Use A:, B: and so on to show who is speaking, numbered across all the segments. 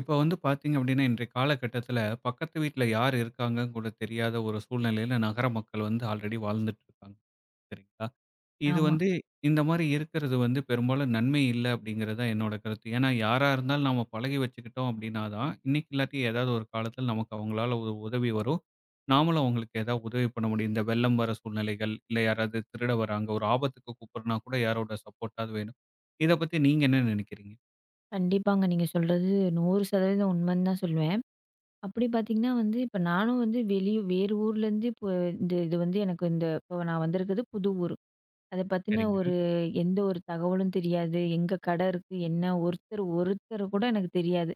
A: இப்ப பார்த்தீங்க அப்படின்னா, இன்றைய காலகட்டத்தில பக்கத்து வீட்ல யார் இருக்காங்கன்னு கூட தெரியாத ஒரு சூழ்நிலையில நகர மக்கள் ஆல்ரெடி வாழ்ந்துட்டு இருக்காங்க. சரிங்களா? இது
B: ஆமா.
A: வந்து இந்த மாரி இருக்கிறது பெரும்பாலும் நன்மை இல்ல அப்படிங்கிறது தான் என்னோட கருத்து. ஏன்னா யாரா இருந்தாலும் நாம பழகி வச்சுக்கிட்டோம் அப்படின்னா தான், இன்னைக்கு இல்லாட்டி ஏதாவது ஒரு காலத்தில நமக்கு அவங்களால ஒரு உதவி வரும். நாமளும் அவங்களுக்கு ஏதாவது உதவி பண்ண முடியும். இந்த வெள்ளம் வர சூழ்நிலைகள், இல்ல யாராவது திருட வராங்க, ஒரு ஆபத்துக்கு கூப்பிடுறனா கூட யாரோட சப்போர்ட்டாவது வேணும். இத பத்தி நீங்க என்ன நினைக்கிறீங்க?
B: கண்டிப்பாங்க. நீங்க சொல்றது 100% உண்மைன்னு தான் சொல்லுவேன். அப்படி பார்த்தீங்கன்னா வந்து, இப்ப நானும் வந்து வெளிய வேறு ஊர்லேருந்து இப்போ இந்த வந்து எனக்கு இப்போ நான் வந்திருக்கிறது புது ஊர். அத பத்தின
A: சரிங்க.
B: ஒரு எந்த ஒரு தகவலும் தெரியாது. எங்க கடை இருக்கு? என்ன? ஒருத்தர் ஒருத்தர் கூட எனக்கு தெரியாது.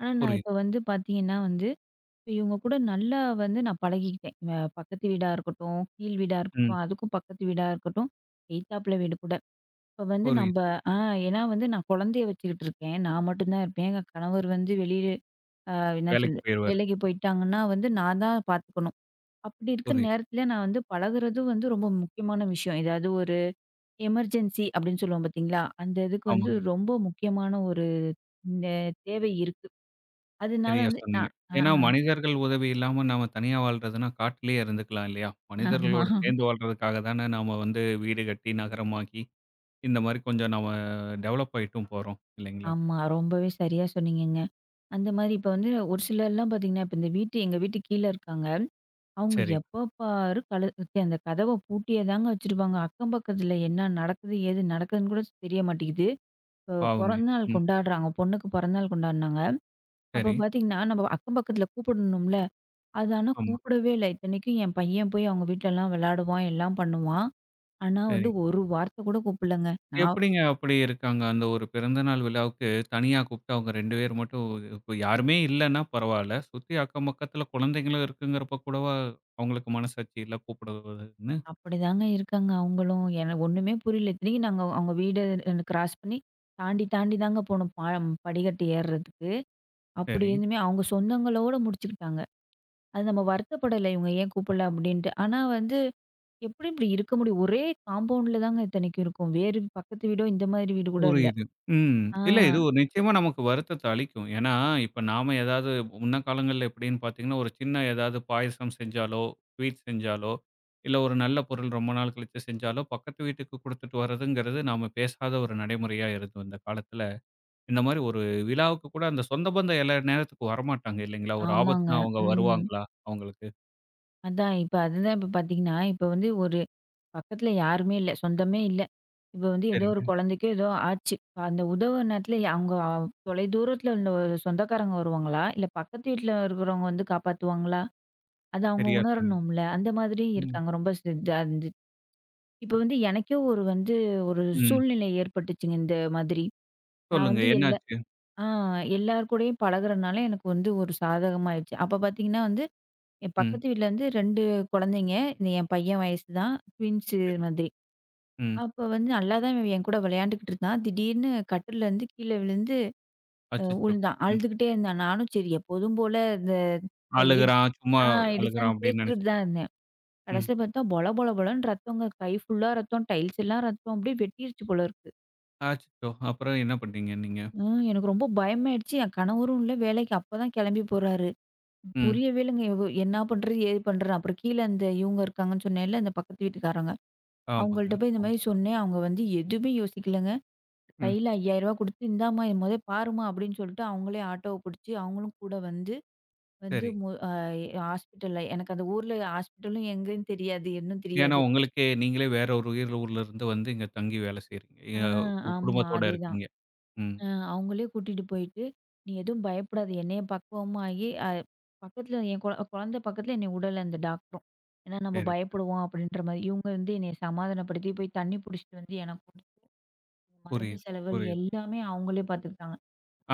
B: ஆனா நான்
A: புரியுது.
B: இப்ப வந்து பார்த்தீங்கன்னா வந்து, இப்ப இவங்க கூட நல்லா வந்து நான் பழகிக்கிட்டேன். பக்கத்து வீடா இருக்கட்டும், கீழ் வீடா
A: ம்.
B: இருக்கட்டும், அதுக்கும் பக்கத்து வீடா இருக்கட்டும், எய்த்தாப்புல வீடு கூட இப்ப வந்து நம்ப
A: புரியுது.
B: ஆ ஏன்னா வந்து நான் குழந்தைய வச்சுக்கிட்டு இருக்கேன். நான் மட்டும் தான் இருப்பேன். எங்க கணவர் வந்து வெளியில அ என்ன
A: வேலைக்கு
B: சொல்லு
A: போயிருவாரு.
B: வேலைக்கு போயிட்டாங்கன்னா வந்து நான் தான் பார்த்துக்கணும். அப்படி இருக்க
A: புரியுது.
B: நேரத்துல நான் வந்து பழகுறதும் வந்து ரொம்ப முக்கியமான விஷயம். ஏதாவது ஒரு எமர்ஜென்சி அப்படின்னு சொல்லுவோம் பார்த்தீங்களா? அந்த இதுக்கு வந்து
A: ஆமாங்க.
B: ரொம்ப முக்கியமான ஒரு இந்த தேவை இருக்கு. அதனால
A: சரியா
B: வந்து
A: சொன்னீங்க.
B: நான்
A: ஏன்னா மனிதர்கள் உதவி இல்லாம நாம தனியா வாழ்றதுன்னா காட்டிலேயே இருந்துக்கலாம் இல்லையா?
B: ஆமா,
A: மனிதர்களோடு சேர்ந்து வாழ்றதுக்காக தானே நாம வீடு கட்டி, நகரமாக்கி இந்த மாரி கொஞ்சம் நாம டெவலப் ஆயிட்டும் போறோம் இல்லைங்களா?
B: ஆமா. ரொம்பவே சரியா சொன்னீங்கங்க. அந்த மாரி இப்ப வந்து ஒரு சிலர்லாம் பார்த்தீங்கன்னா, இப்ப இந்த வீட்டு எங்க வீட்டு கீழ இருக்காங்க. அவங்க
A: சரி.
B: எப்ப பாரு அந்த கதவ பூட்டியே தாங்க வச்சிருப்பாங்க. அக்கம் பக்கத்துல என்ன நடக்குது, ஏது நடக்குதுன்னு கூட தெரிய மாட்டேங்குது. இப்ப
A: பாவமே!
B: பொறந்தநாள்
A: ம்.
B: கொண்டாடுறாங்க. பொண்ணுக்கு பிறந்தநாள் கொண்டாடுனாங்க.
A: சரி.
B: அப்ப பார்த்தீங்கன்னா, நம்ம அக்கம் பக்கத்துல கூப்பிடணும்ல, அது ஆனா
A: ஆமா.
B: கூப்பிடவே இல்ல. இத்தனைக்கும் என் பையன் போய் அவங்க வீட்லலாம் விளையாடுவான், எல்லாம் பண்ணுவான். ஆனா வந்து
A: சரி.
B: ஒரு வார்த்தை கூட கூப்பிடலங்க. நான்
A: எப்படிங்க அப்படி இருக்காங்க? அந்த ஒரு பிறந்த நாள் விழாவுக்கு தனியா கூப்ட்டு அவங்க 2 பேர் மட்டும் இப்ப யாருமே இல்லன்னா பரவால்ல. சுத்தி அக்கம் பக்கத்துல குழந்தைங்களும் இருக்குங்கிறப்ப கூடவா அவங்களுக்கு மனசாட்சி இல்ல கூப்பிடுவதுன்னு?
B: அப்படிதாங்க இருக்காங்க அவங்களும். எனக்கு ஒண்ணுமே புரியல. இத்தனைக்கும் நாங்க அவங்க வீடு கிராஸ் பண்ணி தாண்டி தாண்டி தாங்க போனோம். படிக்கட்டு ஏறுறதுக்கு. அப்படி
A: சரி.
B: இருந்துமே அவங்க சொந்தங்களோட முடிச்சுக்கிட்டாங்க. அது நம்ம வருத்தப்படல, இவங்க ஏன் கூப்பிடல அப்படின்ட்டு. ஆனா வந்து, எப்படி இப்படி இருக்க முடியும்? ஒரே காம்பவுண்ட்ல தாங்க இத்தனைக்கும் இருக்கோம். வேறு பக்கத்து வீடோ, இந்த மாதிரி வீடு கூட இல்ல.
A: புரியுது. ம்.
B: ஆ,
A: இல்ல இது ஒரு நிச்சயமா நமக்கு வருத்தத்த அளிக்கும். ஏன்னா, இப்ப நாம ஏதாவது முன்ன காலங்கள்ல எப்படின்னு பார்த்தீங்கன்னா, ஒரு சின்ன ஏதாவது பாயசம் செஞ்சாலோ, ஸ்வீட் செஞ்சாலோ, இல்ல ஒரு நல்ல பொருள் ரொம்ப நாள் கழிச்சு செஞ்சாலோ, பக்கத்து வீட்டுக்கு குடுத்துட்டு வர்றதுங்கிறது நாம பேசாத ஒரு நடைமுறையா இருந்தது இந்த காலத்துல. இந்த மாரி ஒரு விழாவுக்கு கூட அந்த சொந்த பந்தம் எல்லா நேரத்துக்கும் வரமாட்டாங்க இல்லைங்களா? ஒரு
B: ஆமாங்க.
A: ஆபத்துனா அவங்க
B: ம்.
A: வருவாங்களா அவங்களுக்கு?
B: அதான் இப்ப அதுதான் இப்ப பார்த்தீங்கன்னா, இப்ப வந்து ஒரு பக்கத்துல யாருமே இல்ல. சொந்தமே இல்ல. இப்ப வந்து ஏதோ
A: சரிங்க.
B: ஒரு குழந்தைக்கோ ஏதோ ஆச்சு. இப்ப அந்த உதவுற நேரத்துல அவங்க தொலைதூரத்துல உள்ள ஒரு சொந்தக்காரங்க வருவாங்களா? இல்ல பக்கத்து வீட்ல இருக்கிறவங்க வந்து காப்பாத்துவாங்களா? அது அவங்க
A: சரியா சொன்னீங்க.
B: உணரணும்ல. அந்த மாதிரி
A: ம்.
B: இருக்காங்க. ரொம்ப இப்ப வந்து எனக்கே ஒரு வந்து ஒரு
A: ம்.
B: சூழ்நிலை ஏற்பட்டுச்சுங்க இந்த மாதிரி. நான்
A: சொல்லுங்க.
B: வந்து எல்லா
A: என்னாச்சு?
B: ஆ எல்லார் கூடயும் பழகுறனால எனக்கு வந்து ஒரு சாதகமாயிருச்சு. அப்ப பார்த்தீங்கன்னா வந்து, என்
A: ம்.
B: பக்கத்து வீட்ல வந்து 2 குழந்தைங்க. இந்த என் பையன் வயசு தான். ட்வின்ஸு
A: சரி.
B: மாதிரி.
A: ம்.
B: அப்ப வந்து நல்லா தான் இவன் என் கூட விளையாண்டுக்கிட்டு இருந்தான். திடீர்னு கட்டில்லேருந்து கீழ விழுந்து
A: அச்சச்சோ!
B: உழுந்தான்.
A: ம்.
B: அழுதுகிட்டே இருந்தான். நானும் சரி எப்போதும் போல இந்த இடு
A: அழுகுறான், சும்மா
B: ஆ
A: அழுகுறான்
B: இடிச்சாந்து
A: அப்படின்னு நினைச்சு
B: தேய்ச்சுக்கிட்டு தான் இருந்தேன்.
A: ம்.
B: கடைசில பார்த்தா பொல பொல பொலன்னு ரத்தங்க. கை ஃபுல்லா ரத்தம், டைல்ஸ் எல்லாம் ரத்தம். அப்படியே வெட்டிருச்சு போல இருக்கு.
A: அச்சச்சோ! அப்புறம் என்ன பண்ணீங்க நீங்க?
B: ஆ எனக்கு ரொம்ப பயமாயிடுச்சு. என் கணவரும் இல்ல, வேலைக்கு அப்பதான் கெளம்பி போறாரு.
A: ம்.
B: புரியவே இல்லங்க. இவ என்னா பண்றது? ஏது பண்றேன்? அப்புறம் கீழ இந்த இவங்க இருக்காங்கன்னு சொன்னேன்ல, இந்த பக்கத்து வீட்டுக்காரங்க.
A: ஆமாங்க.
B: அவங்கள்ட்ட போய் இந்த
A: ஆமா.
B: மாரி சொன்னேன். அவங்க வந்து எதுவுமே யோசிக்கலங்க.
A: ம்.
B: கையில ரூ. 5,000 குடுத்து, "இந்தாம்மா, இத மொத பாரும்மா" அப்படின்னு சொல்லிட்டு அவங்களே ஆட்டோவ புடிச்சு, அவங்களும் கூட வந்து வந்து
A: சரி.
B: மு அ ஹாஸ்பிட்டல்ல எனக்கு அந்த ஊர்ல ஹாஸ்பிட்டலும் எங்கன்னு தெரியாது, என்னும்
A: ஏன்னா
B: தெரியாது.
A: உங்களுக்கே நீங்களே வேற ஒரு உயிர் ஊர்ல இருந்து வந்து இங்க தங்கி வேலை செய்றீங்க.
B: ஆ,
A: அ
B: ஆமா.
A: குடும்பத்தோட
B: அதேதான்.
A: இருக்கீங்க. ம்.
B: அ அவங்களே கூட்டிட்டு போயிட்டு, "நீ எதுவும் பயப்படாத." என்னைய பக்குவமா ஆகி பக்கத்துல என் குழந்தை பக்கத்துல என்னைய உடல அந்த டாக்டரும். ஏன்னா நம்ம
A: சரி, சரி.
B: பயப்படுவோம் அப்படின்ற மாரி. இவங்க வந்து என்னைய சமாதானப்படுத்தி போய் தண்ணி புடிச்சிட்டு வந்து எனக்கு குடுத்து, மருந்து
A: புரியுது,
B: செலவு
A: புரியுது.
B: எல்லாமே அவங்களே பார்த்துக்கிட்டாங்க.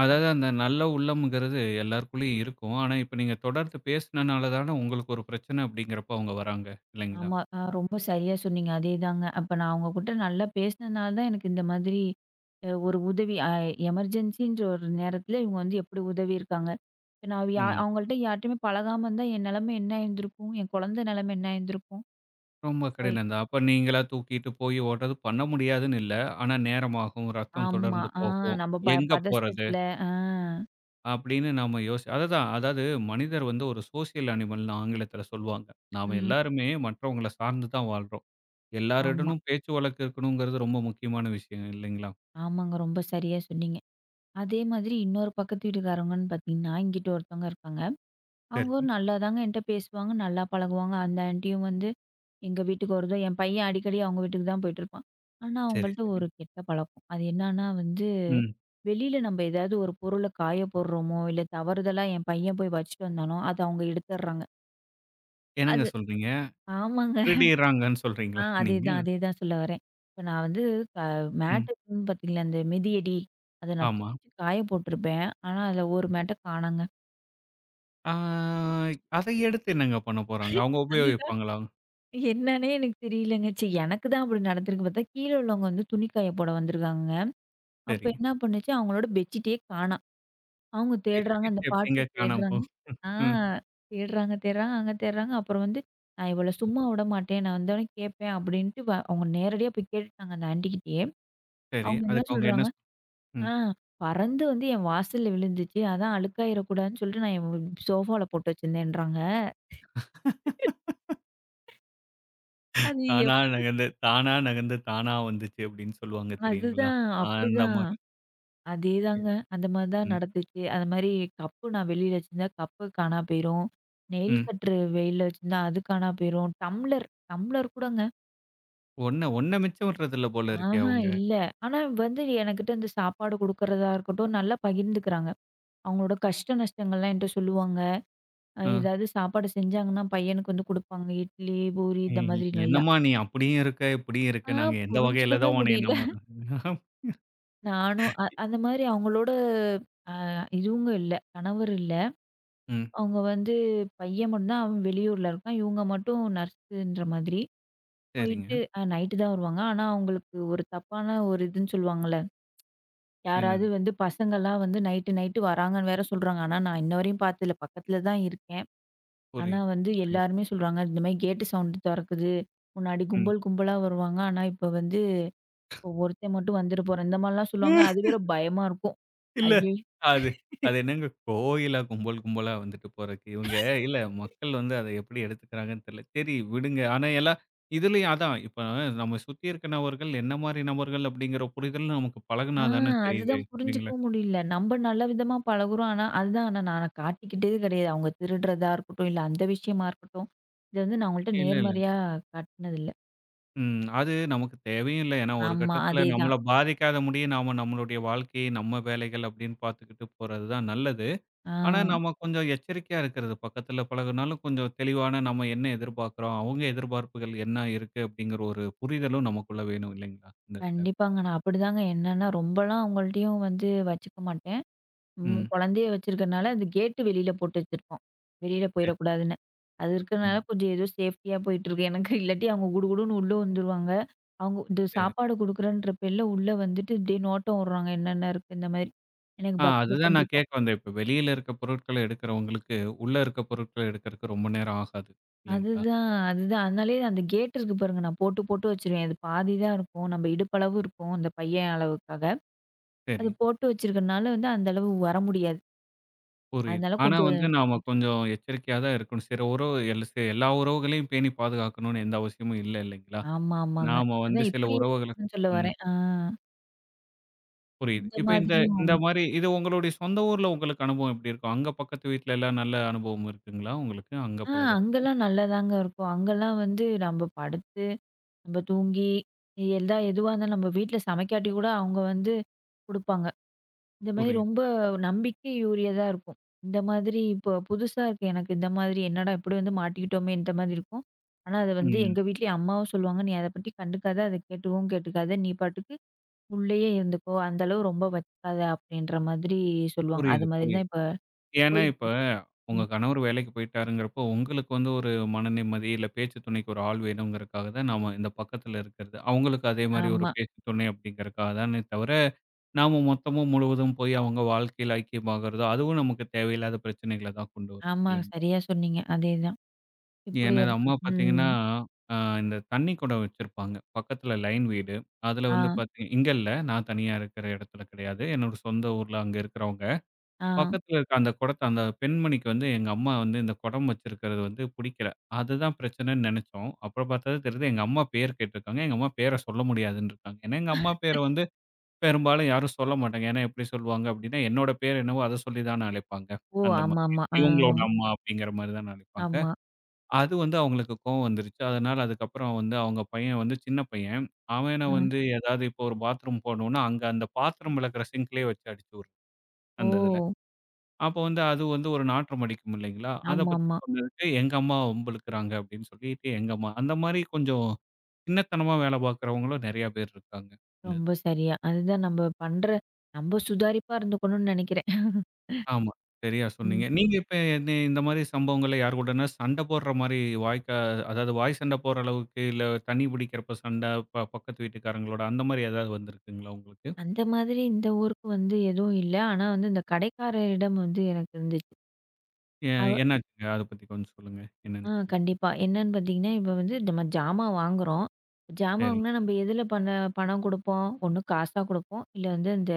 A: அதாவது அந்த நல்ல உள்ளம்ங்கிறது எல்லாருக்குள்ளயும் இருக்கும். ஆனா இப்ப நீங்க தொடர்ந்து பேசினனால தானே உங்களுக்கு ஒரு பிரச்சனை அப்படிங்கிறப்ப அவங்க வராங்க. இல்லைங்களா?
B: ஆமா. ரொம்ப சரியா சொன்னீங்க. அதேதாங்க. அப்ப நான் அவங்ககிட்ட நல்லா பேசினனால தான் எனக்கு இந்த மாதிரி ஒரு உதவி எமர்ஜென்சின்ற ஒரு நேரத்தில இவங்க வந்து எப்படி உதவியிருக்காங்க. இப்ப நான்
A: ம்.
B: அவங்கள்ட்ட யார்ட்டயுமே பழகாம இருந்தா என் நிலைமை என்ன ஆயிருந்திருக்கும்? என் குழந்தை நிலைமை என்ன ஆயிருந்திருக்கும்?
A: ரொம்ப
B: ஐ
A: கடினம் தான். அப்ப நீங்களா தூக்கிட்டு போய் ஓட்றது பண்ண முடியாதுன்னு இல்ல. ஆனா நேரமாகும், ரத்தம்
B: ஆமா.
A: தொடர்ந்து போகும்.
B: நம்ம
A: எங்க போறது?
B: பதஷ்டத்துல ஆ.
A: அப்படின்னு நாம யோசி அதுதான். அதாவது மனிதர் ஒரு சோசியல் அனிமல்ன்னு ஆங்கிலத்துல சொல்லுவாங்க. நாம
B: ம்.
A: எல்லாருமே மற்றவங்கள சார்ந்து தான் வாழ்றோம்.
B: ஆமா.
A: எல்லாரிடமும் பேச்சு வழக்கு இருக்கணுங்கிறது ரொம்ப முக்கியமான விஷயம் இல்லைங்களா?
B: ஆமாங்க. ரொம்ப சரியா சொன்னீங்க. அதே மாதிரி இன்னொரு பக்கத்து வீட்டுக்காரங்கன்னு பார்த்தீங்கன்னா, இங்கிட்டு ஒருத்தவங்க இருக்காங்க.
A: சரி,
B: அவங்க நல்லா தாங்க என்ட்ட பேசுவாங்க, நல்லா பழகுவாங்க. அந்த ஆன்ட்டியும் வந்து எங்க வீட்டுக்கு வருதோ, என் பையன் அடிக்கடி அவங்க வீட்டுக்கு தான் போயிட்டுருப்பான். ஆனா, அவங்கள்ட்ட
A: சரி.
B: ஒரு கெட்ட பழக்கம். அது என்னான்னா வந்து,
A: ம்.
B: வெளியில நம்ம ஏதாவது ஒரு பொருள காய போடுறோமோ, இல்ல தவறுதலா என் பையன் போய் வச்சுட்டு வந்தானோ, அத அவங்க எடுத்துடுறாங்க.
A: என்னங்க
B: அது
A: சொல்றீங்க?
B: ஆமாங்க.
A: திருடிறாங்கன்னு சொல்றீங்களா நீங்க?
B: அதேதான், அதேதான் சொல்ல வரேன். இப்ப நான் வந்து க
A: ம்.
B: மேட்டு இருக்குன்னு பாத்தீங்களா, அந்த மிதியடி அத நான்
A: ஆமா.
B: துவச்சு காய போட்டுருப்பேன். ஆனா, அதுல ஒரு மேட்ட காணோங்க.
A: ஆ அதை எடுத்து என்னங்க பண்ண போறாங்க? அவங்க
B: அதுதான்
A: உபயோகிப்பாங்களா?
B: என்னன்னே எனக்கு தெரியலங்க. சரி எனக்கு தான் அப்படி நடந்திருக்கு பார்த்தா, கீழ உள்ளவங்க வந்து துணி காய போட வந்திருக்காங்கங்க. அப்ப
A: சரி.
B: என்ன பண்ணுச்சு, அவங்களோட பெட்ஷீட்டே காணா. அவங்க தேடுறாங்க.
A: பெட்ஷீட்
B: அந்த பாட்டி
A: எப்படிங்க காணாம
B: தேடுறாங்க.
A: போகும்?
B: ஆ
A: ம்.
B: தேடுறாங்க, தேடுறாங்க, அங்க தேடுறாங்க. அப்புறம் வந்து நான் இவள சும்மா விடமாட்டேன். நான் வந்தோனே கேட்பேன் அப்டின்ட்டு அவங்க நேரடியா போய் கேட்டுட்டாங்க அந்த ஆன்ட்டிகிட்டயே.
A: சரி.
B: அவங்க என்ன
A: அதுக்கு அவங்க என்ன
B: சொல்றாங்க,
A: சொ ம்.
B: ஆ பறந்து வந்து என் வாசல்ல விழுந்துச்சு. அதான் அழுக்காயிறக்கூடாதுன்னு சொல்லிட்டு நான் என் சோஃபால போட்டு வச்சிருந்தேன்றாங்க. அது
A: தானா
B: எப்
A: நகர்ந்து தானா நகர்ந்து தானா வந்துச்சு அப்படின்னு சொல்லுவாங்க தெரியுங்களா?
B: அதுதான்.
A: ஆ அந்த
B: அப்டிதான்.
A: மாரி.
B: அதேதாங்க. அந்த மாரி தான்
A: ம்.
B: நடந்துச்சு. அது மாரி கப்பு நான் வெளியில வச்சிருந்தேன். கப்பு காணா போயிரும். நெயில்
A: ம்.
B: கட்ரு வெயில்ல வச்சிருந்தா அது காணா போயிரும். டம்ளர் டம்ளர் கூடங்க.
A: ஒண்ண ஒண்ண மிச்சம் விடுறதில்ல போல இருக்கே
B: ஆஹா
A: அவங்க.
B: இல்ல. ஆனா வந்து எனக்கிட்ட இந்த சாப்பாடு குடுக்குறதா இருக்கட்டும், நல்லா பகிர்ந்துக்கிறாங்க. அவங்களோட கஷ்ட நஷ்டங்கள்லாம் என்ட்ட சொல்லுவாங்க.
A: அ.
B: ஏதாவது சாப்பாடு செஞ்சாங்கன்னா, பையனுக்கு வந்து குடுப்பாங்க. இட்லி, பூரி இந்த
A: ம்.
B: மாதிரி நல்லா.
A: என்னம்மா நீ அப்படியும் இருக்க, இப்படியும் இருக்க.
B: ஆ
A: நாங்க எந்த வகையில
B: புரிஞ்சுக்கவே
A: தான் உன்னைய
B: முடியல.
A: நம்புறது?
B: நானும் அந்த மாதிரி அவங்களோட இதுவுங்க இல்ல. கணவர் இல்ல.
A: ம்.
B: அவங்க வந்து பையன் மட்டும் தான் அவன் வெளியூர்ல இருக்கான். இவங்க மட்டும் நர்ஸுன்ற மாதிரி. போயிட்டு
A: சரிங்க.
B: நைட்டு தான் வருவாங்க. ஆனா அவங்களுக்கு ஒரு தப்பான ஒரு இதுன்னு சொல்லுவாங்கல்ல. யாராவது
A: என்னது?
B: வந்து பசங்கலாம் வந்து நைட்டு நைட்டு வராங்கன்னு வேற சொல்றாங்க. ஆனா, நான் இன்ன வரையும் பார்த்ததில்ல. பக்கத்துல தான் இருக்கேன். ஆனா
A: புரியுது,
B: வந்து
A: புரியுது.
B: எல்லாருமே சொல்றாங்க, இந்த மாரி கேட்டு சவுண்டு தொறக்குது. முன்னாடி
A: ம்.
B: கும்பல் கும்பலா வருவாங்க. ஆனா இப்போ வந்து ஒருத்தன் மட்டும் வந்துட்டு போறான். இந்த மாரிலாம் சொல்லுவாங்க. அது வேற பயமா இருக்கும்.
A: இல்ல.
B: ஐயோ!
A: அது அது என்னங்க கோயிலா கும்பல் கும்பலா வந்துட்டு போறதுக்கு. இவங்க இல்ல மக்கள் அத எப்படி எடுத்துக்கிறாங்கன்னு தெரியல. சரி விடுங்க. ஆனா எல்லாம் இதுலயும் அதான். இப்ப நம்ம சுத்தி இருக்க நபர்கள் என்ன மாரி நபர்கள் அப்படிங்கிற புரிதல் நமக்கு பழகுனா
B: ஆ
A: தானே தெரியுது.
B: அதுதான்
A: இல்லைங்களா?
B: புரிஞ்சுக்கவும் முடியல. நம்ம நல்ல விதமா பழகுறோம். ஆனா அதுதான் ஆனா நான் காட்டிக்கிட்டே கிடையாது. அவங்க திருடுறதா இருக்கட்டும், இல்ல அந்த விஷயமா இருக்கட்டும். இத வந்து நான் அவங்கள்ட்ட
A: இல்ல.
B: நேர்மறையா காட்டினதில்ல.
A: ம். அது நமக்கு தேவையும் இல்ல. ஏன்னா ஒரு
B: ஆமா.
A: கட்டத்தில நம்மள
B: அதேதான்.
A: பாதிக்காத முடிய நாம நம்மளுடைய வாழ்க்கையை, நம்ம வேலைகள் அப்படின்னு பார்த்துக்கிட்டு போறது தான் நல்லது.
B: ஆ.
A: ஆனா, நம்ம கொஞ்சம் எச்சரிக்கையா இருக்கிறது. பக்கத்துல பழகுனாலும் கொஞ்சம் தெளிவான நம்ம என்ன எதிர்பார்க்கிறோம், அவங்க எதிர்பார்ப்புகள் என்ன இருக்கு அப்படிங்கிற ஒரு புரிதலும் நமக்குள்ள வேணும் இல்லைங்களா? இந்த இதுல.
B: கண்டிப்பாங்க. நான் அப்படிதாங்க. என்னன்னா, ரொம்பலாம் அவங்கள்ட்டயும் வந்து வச்சுக்க மாட்டேன். ம்
A: ம்.
B: குழந்தைய வச்சிருக்கனால, அது கேட்டு வெளியில போட்டு வச்சிருக்கோம். வெளியில
A: சரி,
B: போயிடக்கூடாதுன்னு. அது இருக்கறனால
A: ம்.
B: கொஞ்சம் ஏதோ சேஃப்டியா போயிட்டுருக்கு எனக்கு. இல்லாட்டி அவங்க குடுகுடுன்னு உள்ள வந்துருவாங்க. அவங்க இந்த
A: சரி.
B: சாப்பாடு குடுக்குறேன்ற பேர்ல உள்ள வந்துட்டு இப்படியே நோட்டம் விடுறாங்க. என்னென்ன இருக்கு இந்த மாரி. எனக்கு
A: ஆ
B: பக்
A: அதுதான்
B: பக்குன்னு
A: நான்
B: இருக்கும்.
A: கேட்க வந்தேன். இப்ப வெளியில இருக்க பொருட்கள எடுக்கிறவங்களுக்கு, உள்ள இருக்க பொருட்கள எடுக்கிறதுக்கு ரொம்ப நேரம் ஆகாது இல்லைங்களா?
B: அதுதான், அதுதான். அதனாலேயே அந்த கேட் இருக்கு பாருங்க, நான் போட்டு போட்டு வச்சுருவேன். அது பாதி தான் இருக்கும். நம்ம இடுப்பளவு இருக்கும், அந்த பையன் அளவுக்காக.
A: சரி,
B: அது போட்டு வச்சிருக்கனால வந்து அந்த அளவு வர முடியாது.
A: புரியுது.
B: அதனால
A: ஆனா
B: கொஞ்சம்
A: நாம
B: போயிட்டு
A: கொஞ்சம் எச்சரிக்கையா தான் இருக்கணும். சில உறவு எல் எல்லா உறவுகளையும் பேணி பாதுகாக்கணும்னு எந்த அவசியமும் இல்ல இல்லைங்களா?
B: ஆமா, ஆமாங்க.
A: நாம
B: அதான்
A: சில
B: இப்பிடி
A: உறவுகள
B: இருக்குன்னு சொல்ல
A: ம்.
B: வரேன். ஆ.
A: புரியுது.
B: இந்த
A: இப்ப இந்த
B: மாதிரியும்
A: இந்த மாரி இது உங்களுடைய சொந்த ஊர்ல உங்களுக்கு அனுபவம் எப்படி இருக்கும்? அங்க பக்கத்து வீட்ல எல்லாம் நல்ல அனுபவம் இருக்குங்களா உங்களுக்கு? அங்க
B: ஆ
A: பழகுறப்ப?
B: அங்கலாம் நல்லாதாங்க இருக்கும். அங்கலாம் வந்து நம்ம படுத்து, நம்ம தூங்கி, எல்லா எதுவா இருந்தாலும் நம்ம வீட்ல சமைக்காட்டி கூட அவுங்க வந்து குடுப்பாங்க. இந்த மாரி
A: புரியுது.
B: ரொம்ப நம்பிக்கை உரியதா இருக்கும். இந்த மாதிரி இப்போ புதுசா இருக்கு எனக்கு இந்த மாதிரி. என்னடா! இப்பிடி வந்து மாட்டிக்கிட்டோமே! இந்த மாதிரி இருக்கும். ஆனா, அத வந்து
A: ம்.
B: எங்க வீட்லயும் அம்மாவும் சொல்லுவாங்க. "நீ அத பத்தி கண்டுக்காத. அத கேட்டுக்கவும் கேட்டுக்காத. நீ பாட்டுக்கு உள்ளேயே இருந்துக்கோ! அந்த அளவு ரொம்ப வச்சுக்காத அப்டின்ற மாதிரி சொல்லுவாங்க.
A: புரியுது,
B: அது மாதிரி
A: புரியுது.
B: தான் இப்ப
A: ஏன்னா இப்ப
B: போயிட்டுருக்கு.
A: உங்க
B: ம்.
A: கணவர் வேலைக்கு போயிட்டாருங்கிறப்போ, உங்களுக்கு ஒரு மன நிம்மதி, இல்ல பேச்சு துணைக்கு ஒரு ஆள் வேணுங்கிறக்காக தான் நாம இந்த பக்கத்துல இருக்கிறது. அவங்களுக்கு அதே மாரி ஒரு
B: ஆமா,
A: பேச்சு துணை அப்படிங்கிறக்காக தானே தவிர, நாம மொத்தமும் முழுவதும் போய் அவங்க வாழ்க்கையில ஐக்கியமாகறதோ, அதுவும் நமக்கு தேவையில்லாத பிரச்சனைகள தான் கொண்டு வரும்.
B: ஆமா.
A: இல்லைங்களா?
B: சரியா சொன்னீங்க. அதேதான். இப்டியே
A: எனது அம்மா
B: இருக்கணும்.
A: பார்த்தீங்கன்னா,
B: ம்.
A: அ இந்த தண்ணி குடம் வச்சிருப்பாங்க. பக்கத்துல லைன் வீடு. அதுல
B: ஆ,
A: பார்த்தீங்க இங்க இல்ல. நான் தனியா இருக்கிற இடத்துல கிடையாது. என்னோட சொந்த ஊர்ல அங்க இருக்கிறவங்க.
B: ஆ.
A: பக்கத்துல இருக்க அந்த குடத்த அந்த பெண்மணிக்கு எங்க அம்மா இந்த குடம் வச்சிருக்கிறது புடிக்கல. அதுதான் பிரச்சனைன்னு நெனைச்சோம். அப்புறம் பார்த்தா தான் தெரியுது எங்க அம்மா பேர் கேட்டிருக்காங்க. எங்க அம்மா பேர சொல்ல முடியாதுன்னு இருக்காங்க. ஏன்னா எங்க அம்மா பேர பெரும்பாலும் யாரும் சொல்ல மாட்டாங்க. ஏன்னா எப்படி சொல்லுவாங்க அப்படின்னா, என்னோட பேர் என்னவோ அத சொல்லி தான அழைப்பாங்க.
B: ஓ!
A: அந்த மாதிரி.
B: ஆமாமா. ஆ.
A: இவங்களோட அம்மா அப்படிங்கிற மாரி தான அழைப்பாங்க.
B: ஆமா.
A: அது அவங்களுக்கு கோவம் வந்துருச்சு. அதனால அதுக்கப்புறம் அவங்க பையன் வந்து சின்ன பையன். அவன
B: ஆ.
A: ஏதாவது இப்போ ஒரு பாத்ரூம் போணும்னா, அங்க அந்த பாத்திரம் விளக்குற சிங்க்லயே வச்சு அடிச்சு விடும், அந்த இதுல.
B: ஓ!
A: அப்போ அது ஒரு நாற்றம் அடிக்கும் இல்லைங்களா? அத பத்தி
B: ஆமாமா.
A: சொன்னதுக்கு, எங்க அம்மா வம்பிழுக்குறாங்க அப்படின்னு சொல்லிட்டு எங்க அம்மா. அந்த மாரி கொஞ்சம் சின்னத்தனமா வேல பார்க்குறவங்களும் நெறைய பேர் இருக்காங்க. இந்த இதுல.
B: ரொம்ப சரியா. அதுதான் நம்ம பண்ற நம்ம சுதாரிப்பா இருந்துக்கணும்னு நெனைக்கிறேன்.
A: ஆமா. சரியா
B: ம்.
A: சொன்னீங்க. நீங்க இப்ப என்ன இந்த மாரி சம்பவங்கள்ல யார் கூடன்னா சண்டை போடுற மாரி வாய்க்கா அதாவது வாய் சண்டை போடுற அளவுக்கு, இல்ல தண்ணி பிடிக்கிறப்ப சண்டை, ப பக்கத்து வீட்டுக்காரங்களோட அந்த மாரி ஏதாவது வந்திருக்குங்களா உங்களுக்கு?
B: அந்த மாதிரி இந்த ஊருக்கு வந்து எதுவும் இல்ல. ஆனா வந்து இந்த கடைக்காரரிடம் வந்து எனக்கு இருந்துச்சு.
A: எ
B: அவ
A: என்னாச்சுங்க? அத பத்தி கொஞ்சம் சொல்லுங்க. என்னன்னு சொல்லி.
B: கண்டிப்பா. என்னன்னு பார்த்தீங்கன்னா, இப்ப வந்து நம்ம ஜாமான் வாங்குறோம். ஜாமான்
A: சரி.
B: வாங்குனா நம்ம எதுல பண்ண பணம் குடுப்போம்? ஒண்ணு காசா குடுப்போம். இல்ல வந்து இந்த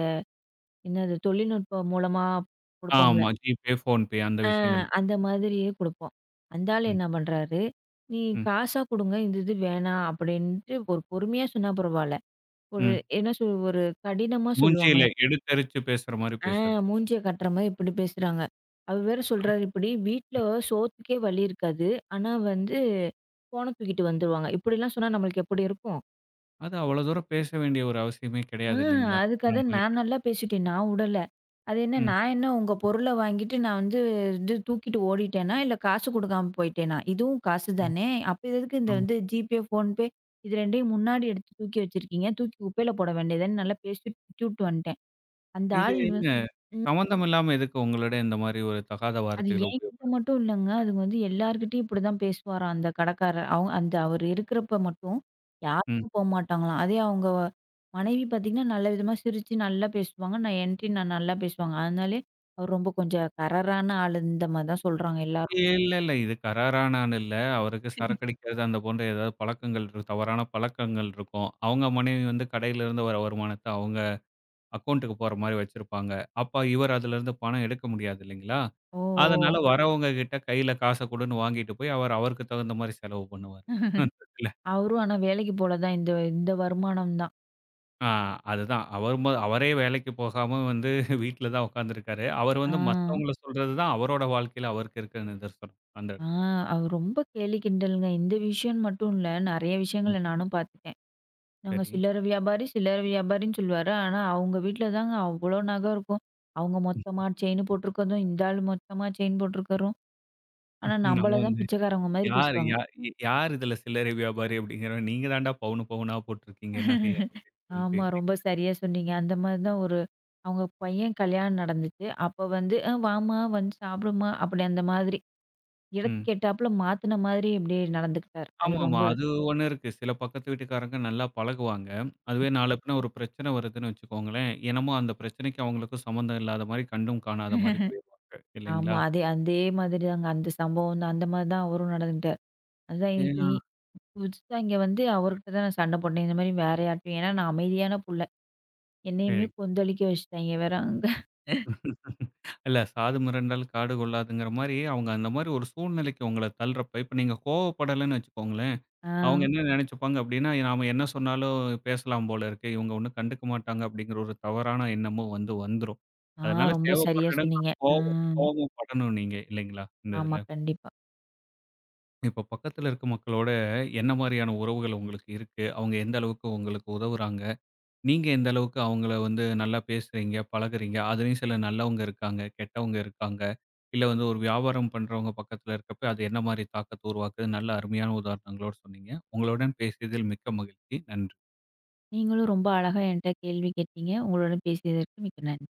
B: என்னது தொழில்நுட்பம் மூலமா குடுப்போம்ல.
A: ஆமா. GPay, PhonePe அந்த
B: ஆ
A: விஷயங்கள்.
B: அந்த மாதிரியே குடுப்போம். அந்த ஆள்
A: ம்,
B: என்ன பண்றாரு, "நீ
A: ம்,
B: காசா குடுங்க. இந்த இது வேணாம்." அப்படின்ட்டு ஒரு பொறுமையா சொன்னா பரவால்ல. ஒரு
A: ம்.
B: என்ன சொல் ஒரு கடினமா
A: மூஞ்சியில
B: சொல்லுவாங்கல்ல.
A: எடுத்தரிச்சு பேசுற மாரி பேசுறது.
B: மூஞ்சிய காட்டுற மாரி இப்படி பேசுறாங்க. அவர் வேற சொல்றாரு இப்படி, "வீட்ல சோத்துக்கே வழி இருக்காது. ஆனா வந்து ஃபோன தூக்கிட்டு வந்துருவாங்க." இப்படிலாம் சொன்னா நம்மளுக்கு எப்படி இருக்கும்?
A: அது அவ்வளோ தூரம் பேச வேண்டிய ஒரு அவசியமே
B: ஆ
A: கிடையாது இல்லைங்களா?
B: அதுக்காக
A: நம்மகிட்ட.
B: நான் நல்லா பேசிட்டேன். நான் உடல. அது என்ன
A: ம்,
B: நான் என்ன உங்க பொருள வாங்கிட்டு நான் வந்து இது தூக்கிட்டு ஓடிட்டேனா? இல்ல காசு குடுக்காம போயிட்டேனா? இதுவும் காசு
A: ம்.
B: தானே! அப்ப இது எதுக்கு இந்த
A: ஆமா.
B: வந்து ஜிபே, ஃபோன்பே இது 2யும் முன்னாடி எடுத்து தூக்கி வச்சிருக்கீங்க? தூக்கி குப்பையில போட வேண்டியது தானே! நல்லா பேசி திட்டிவுட்டு வந்துட்டேன். அந்த
A: இது
B: ஆள் வ
A: என்ன சம்மந்தம் இல்லாம எதுக்கு உங்களிடம் இந்த மாரி ஒரு தகாத
B: அது
A: வார்த்தைகள
B: என்கிட்ட மட்டும் இல்லங்க. அது வந்து எல்லார்கிட்டயும் இப்படிதான் பேசுவாராம் அந்த கடைக்காரர். அவங்க அந்த அவர் இருக்கிறப்ப மட்டும்
A: ம்.
B: யாருமே போமாட்டாங்களாம். அதே அவங்க மனைவி பார்த்தீங்கன்னா, நல்ல விதமா சிரிச்சு நல்லா பேசுவாங்க. நான் என்ட்டயும் நான் நல்லா பேசுவாங்க. அதனாலே அவர் ரொம்ப கொஞ்சம் கரரான ஆளு இந்த மாரி தான் சொல்றாங்க எல்லாரும்.
A: இல்ல, இல்ல. இது கராரானான்னு இல்ல. அவருக்கு சரக்கு அடிக்கிறது அந்த போன்ற ஏதாவது பழக்கங்கள் இருக்கு தவறான பழக்கங்கள் இருக்கும். அவங்க மனைவி கடையில இருந்து வர வருமானத்த அவங்க அக்கவுண்ட்க்கு போற மாரி வச்சிருப்பாங்க. அப்ப இவர் அதுலருந்து பணம் எடுக்க முடியாது இல்லைங்களா?
B: ஓ!
A: அதனால
B: ஓ!
A: வரவங்க கிட்ட கையில காச குடுன்னு வாங்கிட்டு போய் அவர் அவருக்கு தகுந்த மாரி செலவு பண்ணுவாரு. அந்த இதுல.
B: அவரும் ஆனா வேலைக்கு போல தான் இந்த இந்த வருமானம் தான்.
A: ஆ அதுதான். அவர் ம அவரே வேலைக்கு போகாம வீட்ல தான் உட்கார்ந்திருக்காரு. அவர்
B: ஆ.
A: மத்தவங்கள சொல்றது தான் அவரோட வாழ்க்கையில அவருக்கு இருக்க நிதர்சனம் அந்த
B: ஆ.
A: இடத்துல.
B: அவர் ரொம்ப கேலி கிண்டலுங்க. இந்த விஷயம்னு மட்டும் இல்ல. நெறைய
A: ம்.
B: விஷயங்கள நானும் பார்த்துட்டேன். நாங்க
A: சரி.
B: சில்லறை வியாபாரி, சில்லறை வியாபாரின்னு சொல்லுவாரு. ஆனா, அவங்க வீட்ல தாங்க அவ்ளோ நகை இருக்கும். அவங்க மொத்தமா செயின் போட்டிருக்கதும், இந்த ஆள் மொத்தமா செயின் போட்டிருக்கரும். ஆனா,
A: நம்ம
B: நம்மள தான் பிச்சைக்காரவங்க மாரி
A: யார்
B: பேசுவாங்க.
A: யா யார் இதுல சில்லறை வியாபாரி அப்படிங்கிற நீங்க தான்டா பவுனு பவுனா போட்டிருக்கீங்க நகைய அப்படின்னு சொல்லிட்டு.
B: ஆமா, ரொம்ப சரியா சொன்னீங்க. அந்த மாரி தான் ஒரு அவங்க பையன் கல்யாணம் நடந்துச்சு. அப்ப வந்து, "அ வாம்மா, வந்து சாப்பிடுமா" அப்படி அந்த மாதிரி.
A: ம்.
B: இடத்துக்கு ஏத்தாப்புல மாத்துன மாதிரி இப்படியே நடந்துக்கிட்டாரு. அது
A: ஆமா.
B: ரொம்ப
A: அது ஒண்ணு இருக்கு. சில பக்கத்து வீட்டுக்காரங்க நல்லா பழகுவாங்க. அதுவே நாள பின்ன ஒரு பிரச்சனை வருதுன்னு வச்சுக்கோங்களேன், என்னமோ அந்த பிரச்சனைக்கு அவங்களுக்கும் சம்மந்தம் இல்லாத மாரி கண்டும் காணாத மாரி போயிருவாங்க
B: ஆமா.
A: இல்லைங்களா?
B: அதே அதே மாதிரி தாங்க. அந்த சம்பவம் தான் அந்த மாரி தான் அவரும் நடந்துக்கிட்டாரு. அதான் இ
A: ஏன்னா
B: புதுசா இங்க வந்து அவர்கிட்ட தான் நான் சண்டை போட்டேன். இந்த மாரி வேற யார்ட்டயும் ஏன்னா நான் அமைதியான புள்ள. என்னையுமே
A: சரி.
B: கொந்தளிக்க வச்சுட்டாய்ங்க வேற அங்க.
A: இல்ல சாது மிரண்டால் காடு கொள்ளாதுங்கிற மாரி அவங்க அந்த மாரி ஒரு சூழ்நிலைக்கு உங்கள தள்ளுறப்ப, இப்ப நீங்க கோவப்படலன்னு வச்சுக்கோங்களேன்
B: ஆ,
A: அவங்க என்ன நினைச்சுப்பாங்க அப்படின்னா, நாம என்ன சொன்னாலும் பேசலாம் போல இருக்கு. இவங்க ஒண்ணும் கண்டுக்க மாட்டாங்க அப்படிங்கிற ஒரு தவறான எண்ணமும் வந்துரும்.
B: ஆ
A: அதனால
B: ரொம்ப சரியா
A: தேவைப்படுற இடங்கள்ல
B: சொன்னீங்க.
A: கோவம்
B: ம்.
A: கோவம் படணும் நீங்க இல்லைங்களா? இந்த
B: ஆமா,
A: இதுல.
B: கண்டிப்பா.
A: இப்ப பக்கத்துல இருக்க மக்களோட என்ன மாரியான உறவுகள் உங்களுக்கு இருக்கு? அவங்க எந்த அளவுக்கு உங்களுக்கு உதவுறாங்க? நீங்க எந்த அளவுக்கு அவங்கள நல்லா பேசுறீங்க, பழகுறீங்க. அதுலயும் சில நல்லவங்க இருக்காங்க, கெட்டவங்க இருக்காங்க. இல்ல ஒரு வியாபாரம் பண்றவங்க பக்கத்துல இருக்கப்ப, அது என்ன மாரி தாக்கத்த உருவாக்குது, நல்ல அருமையான உதாரணங்களோட சொன்னீங்க. உங்களுடன் பேசியதில் மிக்க மகிழ்ச்சி. நன்றி.
B: நீங்களும் ரொம்ப அழகா என்ட்ட கேள்வி கேட்டீங்க. உங்களுடன் பேசியதற்கு மிக்க நன்றி.